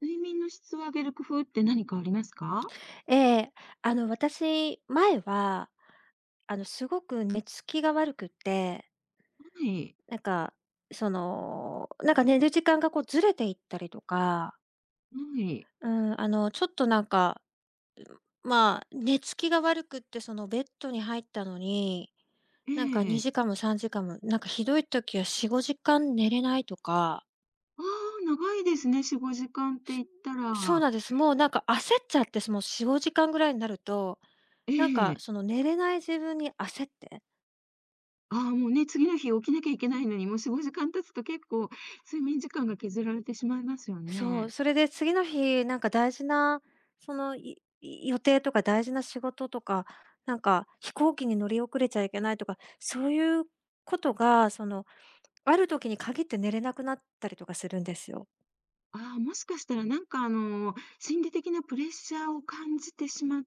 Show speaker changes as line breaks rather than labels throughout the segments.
睡眠の質を上げる工夫って何かありますか？
ええ、私、前は、すごく寝つきが悪くって、
はい。
なんか、なんか寝る時間がこうずれていったりとか、
はい。
うん、ちょっとなんか、まあ、寝つきが悪くって、そのベッドに入ったのに、
え
なんか
え。
2時間も3時間も、なんかひどい時は4、5時間寝れないとか。
ああ、長いですね、4、5時間って
す
言ったら。
そうなんです。もうなんか焦っちゃって、その4、5時間ぐらいになると、
え
なんか
え。
その寝れない自分に焦って。
ああ、もうね、次の日起きなきゃいけないのに、もう4、5時間経つと結構睡眠時間が削られてしまいますよ
そう、
ね。
それで次の日、なんか大事な、その、いい予定とか大事な仕事とか、なんか飛行機に乗り遅れちゃいけないとか、そういうことが、ある時に限って寝れなくなったりとかするんですよ。
ああ、もしかしたらなんかあの、心理的なプレッシャーを感じてしまって、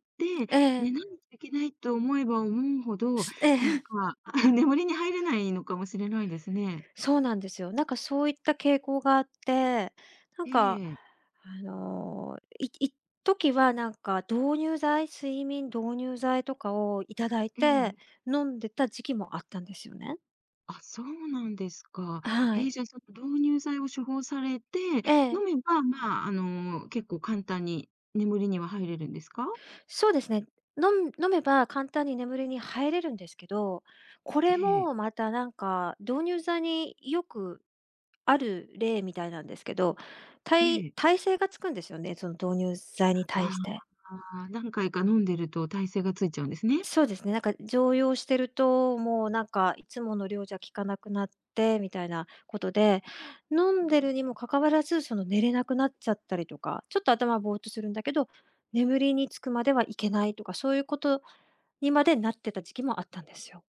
え
寝
え。
ないといけないと思えば思うほど、
え
なん
え。
か、眠りに入れないのかもしれないですね。
そうなんですよ。なんかそういった傾向があって、なん
え
か、
え、
一時はなんか導入剤睡眠導入剤とかをいただい
え
て、
え。
飲んでた時期もあったんですよね。
あ、そうなんですか。
は
ええ、
い。
じゃあ、その導入剤を処方されて、
え
飲
え、
めば、まあ、あの、結構簡単に眠りには入れるんですか？
そうですね。飲めば簡単に眠りに入れるんですけど、こ
え
れ
え、
もまたなんか導入剤によくある例みたいなんですけど、た
ええ。
耐性がつくんですよね、その導入剤に対
あ
して。
あ、何回か飲んでると耐性がついちゃうんですね。
そうですね、なんか常用してると、もうなんかいつもの量じゃ効かなくなってみたいなことで、飲
う
んで
ん。
るにもかかわらず、その寝れなくなっちゃったりとか、ちょっと頭ぼーっとするんだけど、眠りにつくまではいけないとか、そういうことにまでなってた時期もあったんですよ。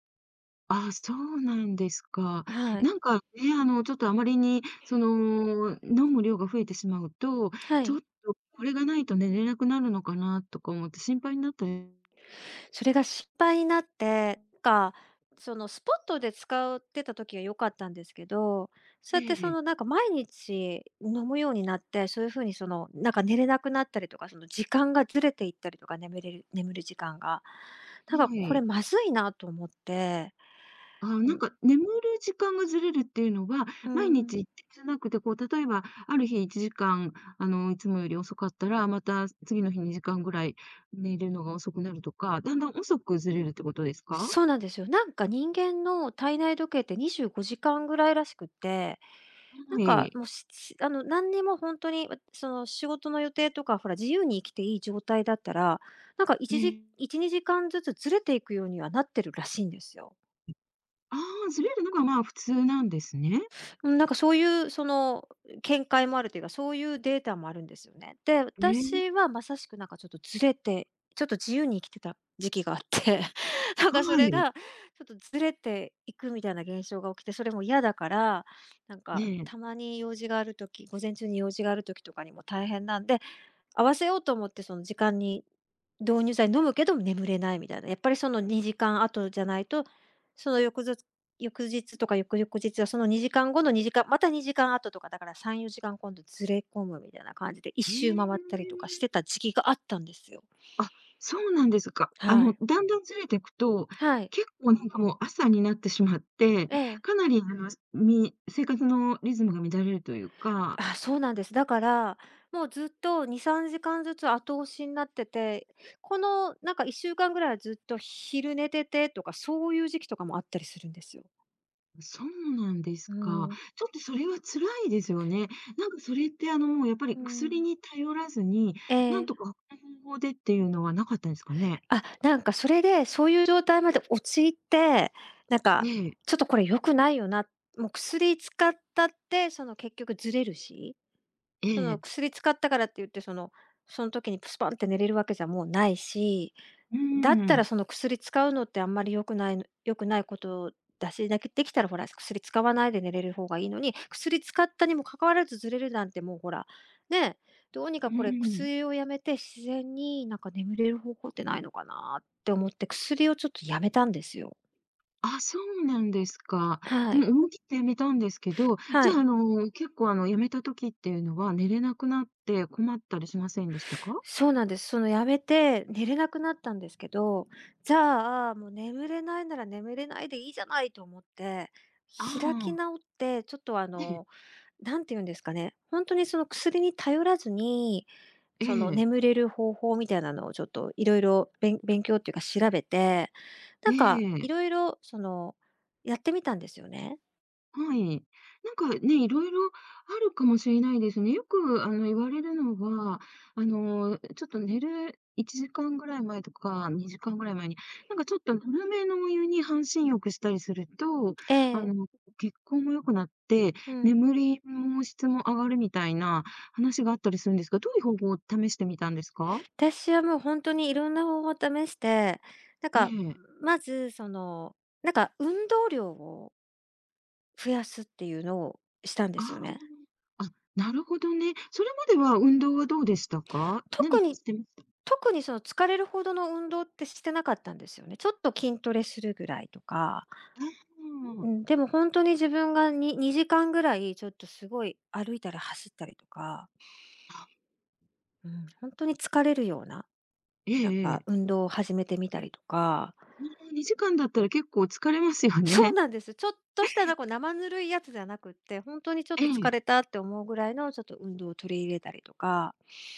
ああ、そうなんですか。
はい。
なんかね、あの、ちょっとあまりに、その、飲む量が増えてしまうと、
は
ちょ
い。
っとこれがないと寝れなくなるのかなとか思って心配になったり。
それが失敗になって、なんか、そのスポットで使ってた時は良かったんですけど、そうや
え
ってそ
え、
のなんか毎日飲むようになって、そういう風にそのなんか寝れなくなったりとか、その時間がずれていったりとか、眠る時間が。
は
なんかこれ
い。
まずいなと思って、
ああ、
う
なん
ん、
か眠る時間がずれるっていうのは、
う
毎
ん。
日一定じゃなくて、こう、例えば、ある日1時間、あの、いつもより遅かったら、また次の日2時間ぐらい寝るのが遅くなるとか、だんだん遅くずれるってことですか？
そうなんですよ。なんか人間の体内時計って25時間ぐらいらしくて、なん
は
か、
い。
もう、何にも本当に、その、仕事の予定とか、ほら、自由に生きていい状態だったら、なんかいち
ね、
じ、1時1、2時間ずつずれていくようにはなってるらしいんですよ。
ああ、ずれるのが、まあ、普通なんですね。
うん、なんかそういう見解もあるというか、そういうデータもあるんですよね。で、
えー、
私はまさしくなんかちょっとずれて、ちょっと自由に生きてた時期があって、なんかそ
は
れ
い。
がちょっとずれていくみたいな現象が起きて、それも嫌だから、なん
え
か
え。
たまに用事がある時、午前中に用事がある時とかにも大変なんで、合わせようと思ってその時間に導入剤飲むけど眠れないみたいな。やっぱりその2時間後じゃないと、その翌日とか翌々日はその2時間後の2時間また2時間後とかだから3、4時間今度ずれ込むみたいな感じで1周回ったりとかし
え。
てた時期があったんですよ。
あ、そうなんですか。あ
は
の、
い。
だんだんずれていくと、
はい。
結構なんかもう朝になってしまって、
ええ。
かなりあの、生活のリズムが乱れるというか。
あ、そうなんです。だから、もうずっと2、3時間ずつ後押しになってて、このなんか1週間ぐらいはずっと昼寝ててとかそういう時期とかもあったりするんですよ。
そうなんです
う
か。
ん。
ちょっとそれは辛いですよね。なんかそれってあの、もうやっぱり
う
薬
ん。
に頼らずに、
え
なん
え。
とか他の方法でっていうのはなかったんですかね？
あ、なんかそれで、そういう状態まで陥って、なん
え
か、
え、
ちょっとこれ良くないよな、もう薬使ったって、その結局ずれるし、
え
その
え。
薬使ったからって言って、その時にプスパンって寝れるわけじゃもうないし、
うー
だったら
ん、
その薬使うのってあんまり良くないことだし、だけできたらほら、薬使わないで寝れる方がいいのに、薬使ったにもかかわらずずれるなんてもうほら、ね、どうにか
うー
これ
ん。
薬をやめて自然になんか眠れる方法ってないのかなって思って、薬をちょっとやめたんですよ。
あ、そうなんですか。
は
も
い。
う思い切って辞めたんですけど、
は
じゃあ、あ
い。
の、結構、あの、辞めた時っていうのは、寝れなくなって困ったりしませんでしたか？
そうなんです。そのやめて寝れなくなったんですけど、じゃあ、もう眠れないなら眠れないでいいじゃないと思って、
あ
開き
あ、
直って、ちょっと
ええ、
なんて言うんですかね、本当にその薬に頼らずに、
え
その
え、
眠れる方法みたいなのをちょっといろいろ勉強っていうか調べて、
え
なんかい
え。
ろいろその、やってみたんですよね。
はい。なんかね、いろいろあるかもしれないですね。よく、あの、言われるのは、あの、ちょっと寝る1時間ぐらい前とか、2時間ぐらい前に、なんかちょっとぬるめのお湯に半身浴したりすると、
え
あ
え、
の、血行も良くなって、
うん。
眠りも質も上がるみたいな話があったりするんですが、どういう方法を試してみたんですか？
私はもう本当にいろんな方法を試して、なん
え
か、
え。
まずその、なんか運動量を増やすっていうのをしたんで
あ
すよね。
あ、あ、なるほどね。それまでは運動はどうでしたか？
特
何か
に
してました？
特にその疲れるほどの運動ってしてなかったんですよね。ちょっと筋トレするぐらいとか。
あ
う
あ。
ん、でも本当に自分に2時間ぐらいちょっとすごい歩いたり走ったりとか、うん、本当に疲れるような、
え
なん
え、え
か
え。
運動を始めてみたりとか。
うーん、2時間だったら結構疲れますよ
そう
ね。
なんです。ちょっとしたなんか生ぬるいやつじゃなくって、本当にちょっ
え
と疲
え。
れたって思うぐらいのちょっと運動を取り入れたりとか、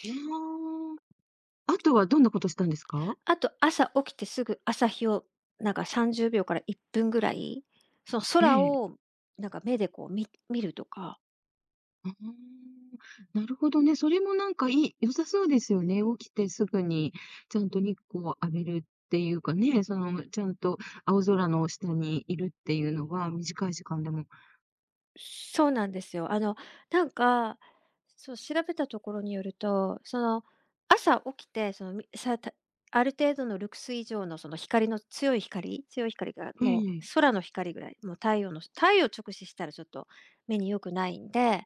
ああ。あとはどんなことしたんですか？
あと朝起きてすぐ朝日をなんか30秒から1分ぐらい、その
え
空
え。
をなんか目でこう見るとか。
ああ、なるほどね。それもなんか良さそうですよね。起きてすぐにちゃんと日光を浴びるっていうかね、その、ちゃんと青空の下にいるっていうのが短い時間でも。
そうなんですよ。なんか、そう、調べたところによると、その、朝起きて、その、みさたある程度のルクス以上のその光の強い光が
え
もう
え、
空の光ぐらい、もう太陽直視したらちょっと目に良くないんで、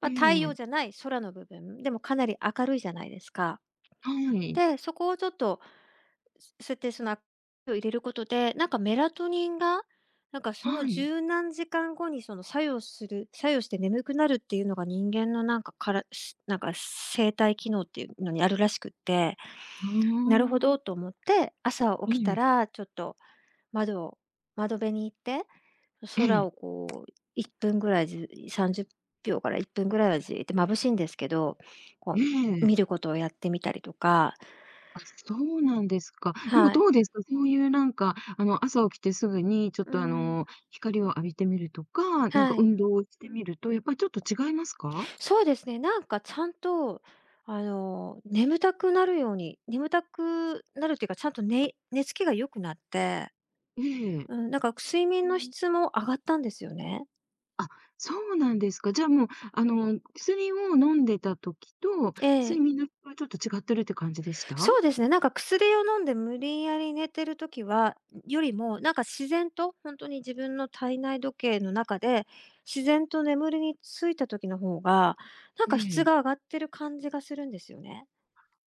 ま
え
あ、太陽
え、
じゃない空の部分、でもかなり明るいじゃないですか。
はい、
で、そこをちょっとそうやってそのアクを入れることで、なんかメラトニンが、なんかその
はい。
十何時間後にその作用して眠くなるっていうのが人間のなんかから、なんか生体機能っていうのにあるらしくって、
あ
なるほどと
あ、
思って、朝
え
起きた
え、
らちょっと窓を窓辺に行って、
え
空
え、
をこう1分ぐらいじ30秒から1分ぐらいはじーって眩しいんですけど、こ
え
う見
え。
ることをやってみたりとか。
あ、そうなんですか。なんか
はい。
どうですか？そういうなんか、あの、朝起きてすぐにちょっ
う
とあ
ん。
の、光を浴びてみるとか、なんか
はい。
運動をしてみると、やっぱりちょっと違いますか？
そうですね、なんかちゃんと、眠たくなるっていうか、ちゃんとね寝つきが良くなって、
ええ。
うん、なんか睡眠の質も上がったんですよね。
あ、そうなんですか。じゃあもう、あの、薬を飲んでた時と、
え
睡
え。
眠の質はちょっと違ってるって感じでした？
そうですね、なんか薬を飲んで無理やり寝てる時よりも、なんか自然と本当に自分の体内時計の中で、自然と眠りについた時の方が、なん
え
か質
え。
が上がってる感じがするんですよね。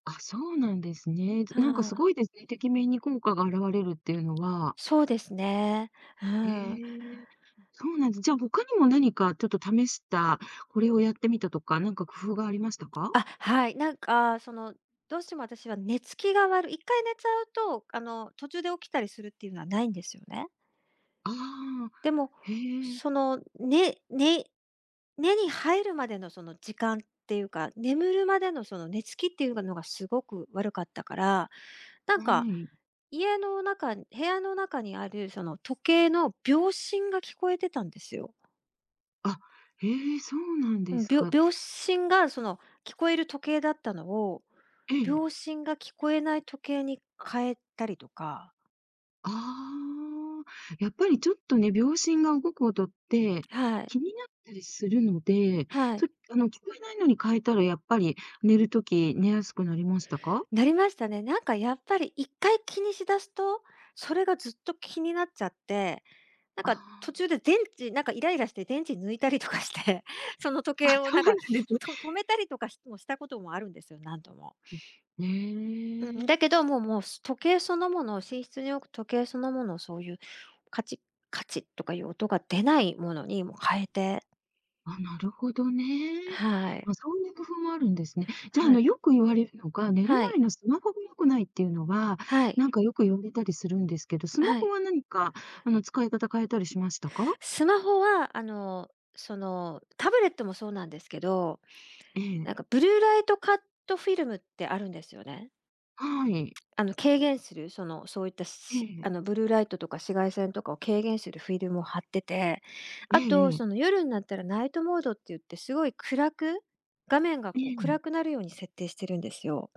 あ、そうなんですね。
は
なんかす
あ、
ごいですね、てきめんに効果が現れるっていうのは。
そうですね。う
へ
ん。
え、そうなんです。じゃあ、他にも何かちょっと試した、これをやってみたとか、なんか工夫がありましたか？
あ、はい。なんか、その、どうしても私は寝つきが悪い一回寝ちゃうと、途中で起きたりするっていうのはないんですよね。
ああ、
でも、
へえ、
その、寝に入るまでのその時間っていうか、眠るまでのその寝つきっていうのがすごく悪かったから、なん
は
か、
い。
家の中部屋の中にあるその時計の秒針が聞こえてたんですよ。
あ、へえ、そうなん
う
で
ん、
すか。
秒針がその聞こえる時計だったのを、
え
秒
え。
針が聞こえない時計に変えたりとか。
ああ、やっぱりちょっとね、秒針が動く音って
はい、
気になったりするので、
は
そ
い。
あの、聞こえないのに変えたらやっぱり寝るとき寝やすくなりましたか？
なりましたね。なんかやっぱり1回気にしだすと、それがずっと気になっちゃって、
ああ、
途中で電池イライラして電池抜いたりとかして、その時
あ、
計を
そうなんですね。
止めたりとかしたこともあるんですよ、何度も。
え、
うん、
え。
だけど、もうもう、す時計そのもの、を寝室に置く時計そのものを、そういうカチッ、カチッとかいう音が出ないものにもう変えて、
あ、なるほどね。
はい。
あ、そういう工夫もあるんですね。じゃあ、あ
は
の、
い。
よく言われるのが、寝る
は
前
い。
のスマホが良くないっていうのは、
はい。
なんかよく言われたりするんですけど、スマ
は
ホ
い。
は何か、あの、使い方変えたりしましたか？
スマホは、タブレットもそうなんですけど、
ええ。
なんかブルーライトカットフィルムってあるんですよね。
はい。
軽減する、その、そういった
え
し
え。
ブルーライトとか紫外線とかを軽減するフィルムを貼ってて、
え
あと、
え、ええ。
夜になったらナイトモードって言って、すごい暗く画面がこう
え
暗
え、
くなるように設定してるんですよ。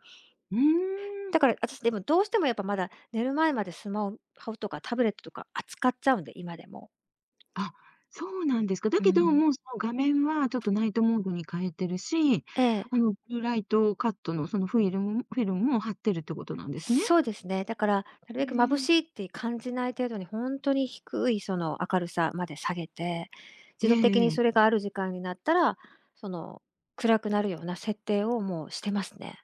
うーん。
だから私でもどうしてもやっぱまだ寝る前までスマホとかタブレットとか扱っちゃうんで、今でも。
あ、そうなんですか。だ
う
けど、
ん。
もう、その、画面はちょっとナイトモードに変えてるし、
え
あ
え。
の、ブルーライトカットの、その、フィルムも貼ってるってことなんですね。
そうですね。だから、なるべく眩しいって感じない程度に、本当に低いその明るさまで下げて、
え
自動的
え、
に
え
それ
え。
がある時間になったら、その、暗くなるような設定をもうしてますね。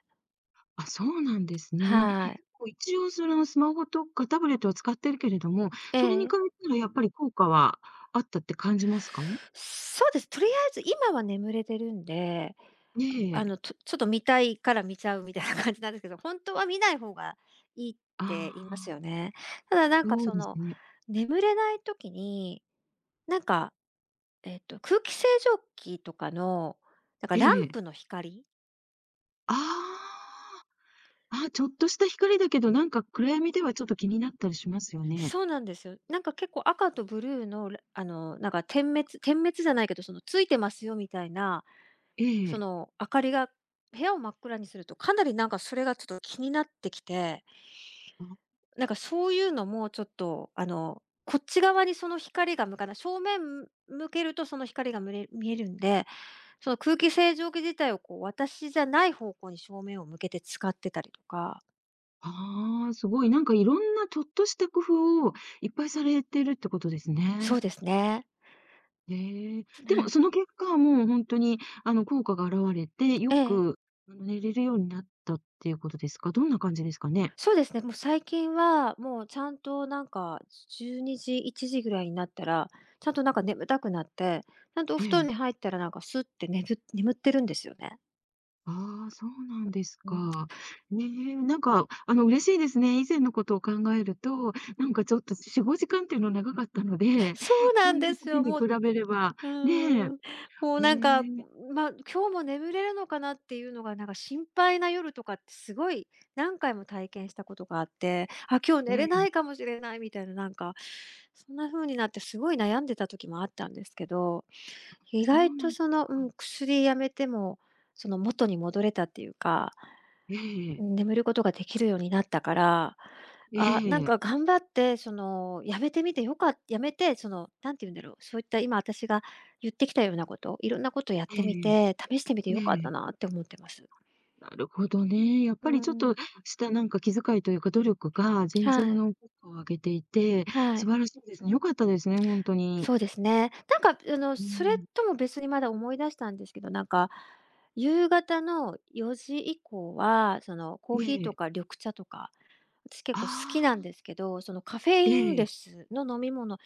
あ、そうなんですね。
はい。
こう一応そのスマホとかタブレットは使ってるけれども、
え
それに比
え。
べたらやっぱり効果はあったって感じますか？
そうです。とりあえず今は眠れてるんで、
え
あ
え。
の、ちょっと見たいから見ちゃうみたいな感じなんですけど、本当は見ない方がいいっ
あ
て言います
あ、
よね。ただ
そうですね。
眠れない時に、なんか空気清浄機とかの、なんか
え
ラン
え。
プの光、
ああ、あ、ちょっとした光だけど、なんか暗闇ではちょっと気になったりしますよね。
そうなんですよ。なんか結構赤とブルーの、あの、なんか点滅じゃないけど、そのついてますよみたいな、
え
そ
え。
の明かりが部屋を真っ暗にすると、かなりなんかそれがちょっと気になってきて、
あ、
なんかそういうのもちょっと、あの、こっち側にその光が向かない、正面向けるとその光が見えるんで、その空気清浄機自体をこう私じゃない方向に正面を向けて使ってたりとか、
ああ、すごいなんかいろんなちょっとした工夫をいっぱいされてるってことです
そう
ね。
ですね。
ええ、で
は
も
い。
その結果、もう本当にあの、効果が現れて、よ
ええ。
くあの、寝れるようになったっていうことですか？どんな感じですかね？
そうですね、もう最近は、もうちゃんとなんか12時、1時ぐらいになったら、ちゃんとなんか眠たくなって、ちゃんとお
え
布団に
え。
入ったらなんかスッて眠ってるんですよね。
ああ、そうなんです
うん。
か。ねえ、なんかあの、嬉しいですね。以前のことを考えると、なんかちょっと4、5時間っていうの長かったので、
そうな
そ
ん
んな
です
時
よ。
に比
もう、
べれば、
うー
ね
ん、もう
え、
なんか、
ねえ、
まあ、今日も眠れるのかなっていうのがなんか心配な夜とかってすごい何回も体験したことがあって、あ、今日寝れ
ねえ、
ないかもしれないみたいななんか、そんな風になってすごい悩んでた時もあったんですけど、意
そ
外
うな
と
んで
そ
す
の、う
か。
ん、薬やめても、その元に戻れたっていうか眠ることができるようになったから、
ええ、
あ、なん
ええ、
か頑張って、その、やめて、その、なんて言うんだろう、そういった今私が言ってきたようなこと、いろんなことやっ
え
てみ
え、
て、試してみてよかっ
え
たな
え。
って思ってます。
なるほどね。やっ
う
ぱりちょっ
ん。
としたなんか気遣いというか努力が全
は
然
い、
の効果を上げていて、
は
素
い。
晴らしいですね。良かったですね、本当に。
そうですね。なんか、あの、
う
それ
ん。
とも別にまだ思い出したんですけど、なんか、夕方の4時以降は、その、コー
え
ヒーと
え。
か緑茶とか私結
あ
構好きなん
あ、
ですけど、そのカフェ
え
インレ
え。
スの飲み物、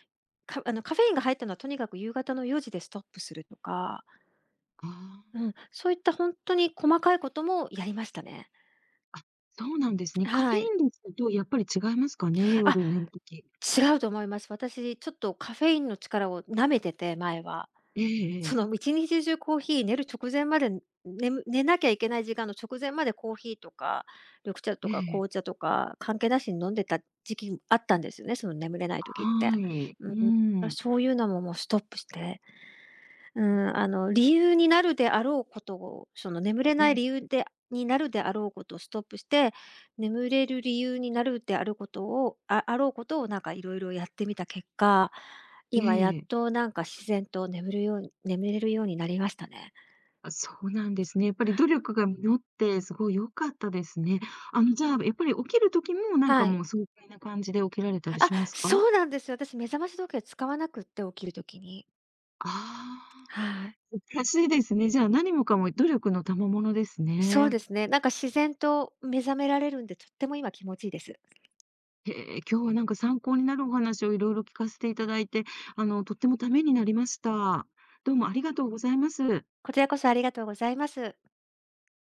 あのカフェインが入ったのはとにかく夕方の4時でストップするとか、
ああ、
うん、そういった本当に細かいこともやりましたね。
あ、そうなんですね。カフェ
は
イ
い。
ンですとやっぱり違いますかね、
あ、
夜寝る時。
違うと思います。私ちょっとカフェインの力を舐めてて、前は。
ええ、え
その
え。
一日中コーヒー、寝る直前まで、寝なきゃいけない時間の直前までコーヒーとか、緑茶と
え
か
え。
紅茶とか、関係なしに飲んでた時期あったんですよね、その眠れない時って。
はい。
う
う
ん。だ、
ん。
そういうのももうストップして、うん、あの、理由になるであろうことを、その眠れ
え
ない理
え、
由でになるであろうことをストップして、眠れる理由になるであることをああろうことをなんかいろいろやってみた結果、
え
今やっ
え。
となんか自然と眠れるようになりましたね。
あ、そうなんですね。やっぱり努力が実って、すごい良かったですね。あの、じゃあ、やっぱり起きる時も、なんか
はい。
もう爽快な感じで起きられたり
あ、
しますか？
そうなんですよ。私目覚まし時計使わなくって、起きる時に。
ああ、
はい。
素晴らしいですね。じゃあ、何もかも努力の賜物です
そう
ね。
ですね。なんか自然と目覚められるんで、とっても今気持ちいいです。
へえ、今日はなんか参考になるお話をいろいろ聞かせていただいて、あの、とってもためになりました。どうもありがとうございます。
こちらこそありがとうございます。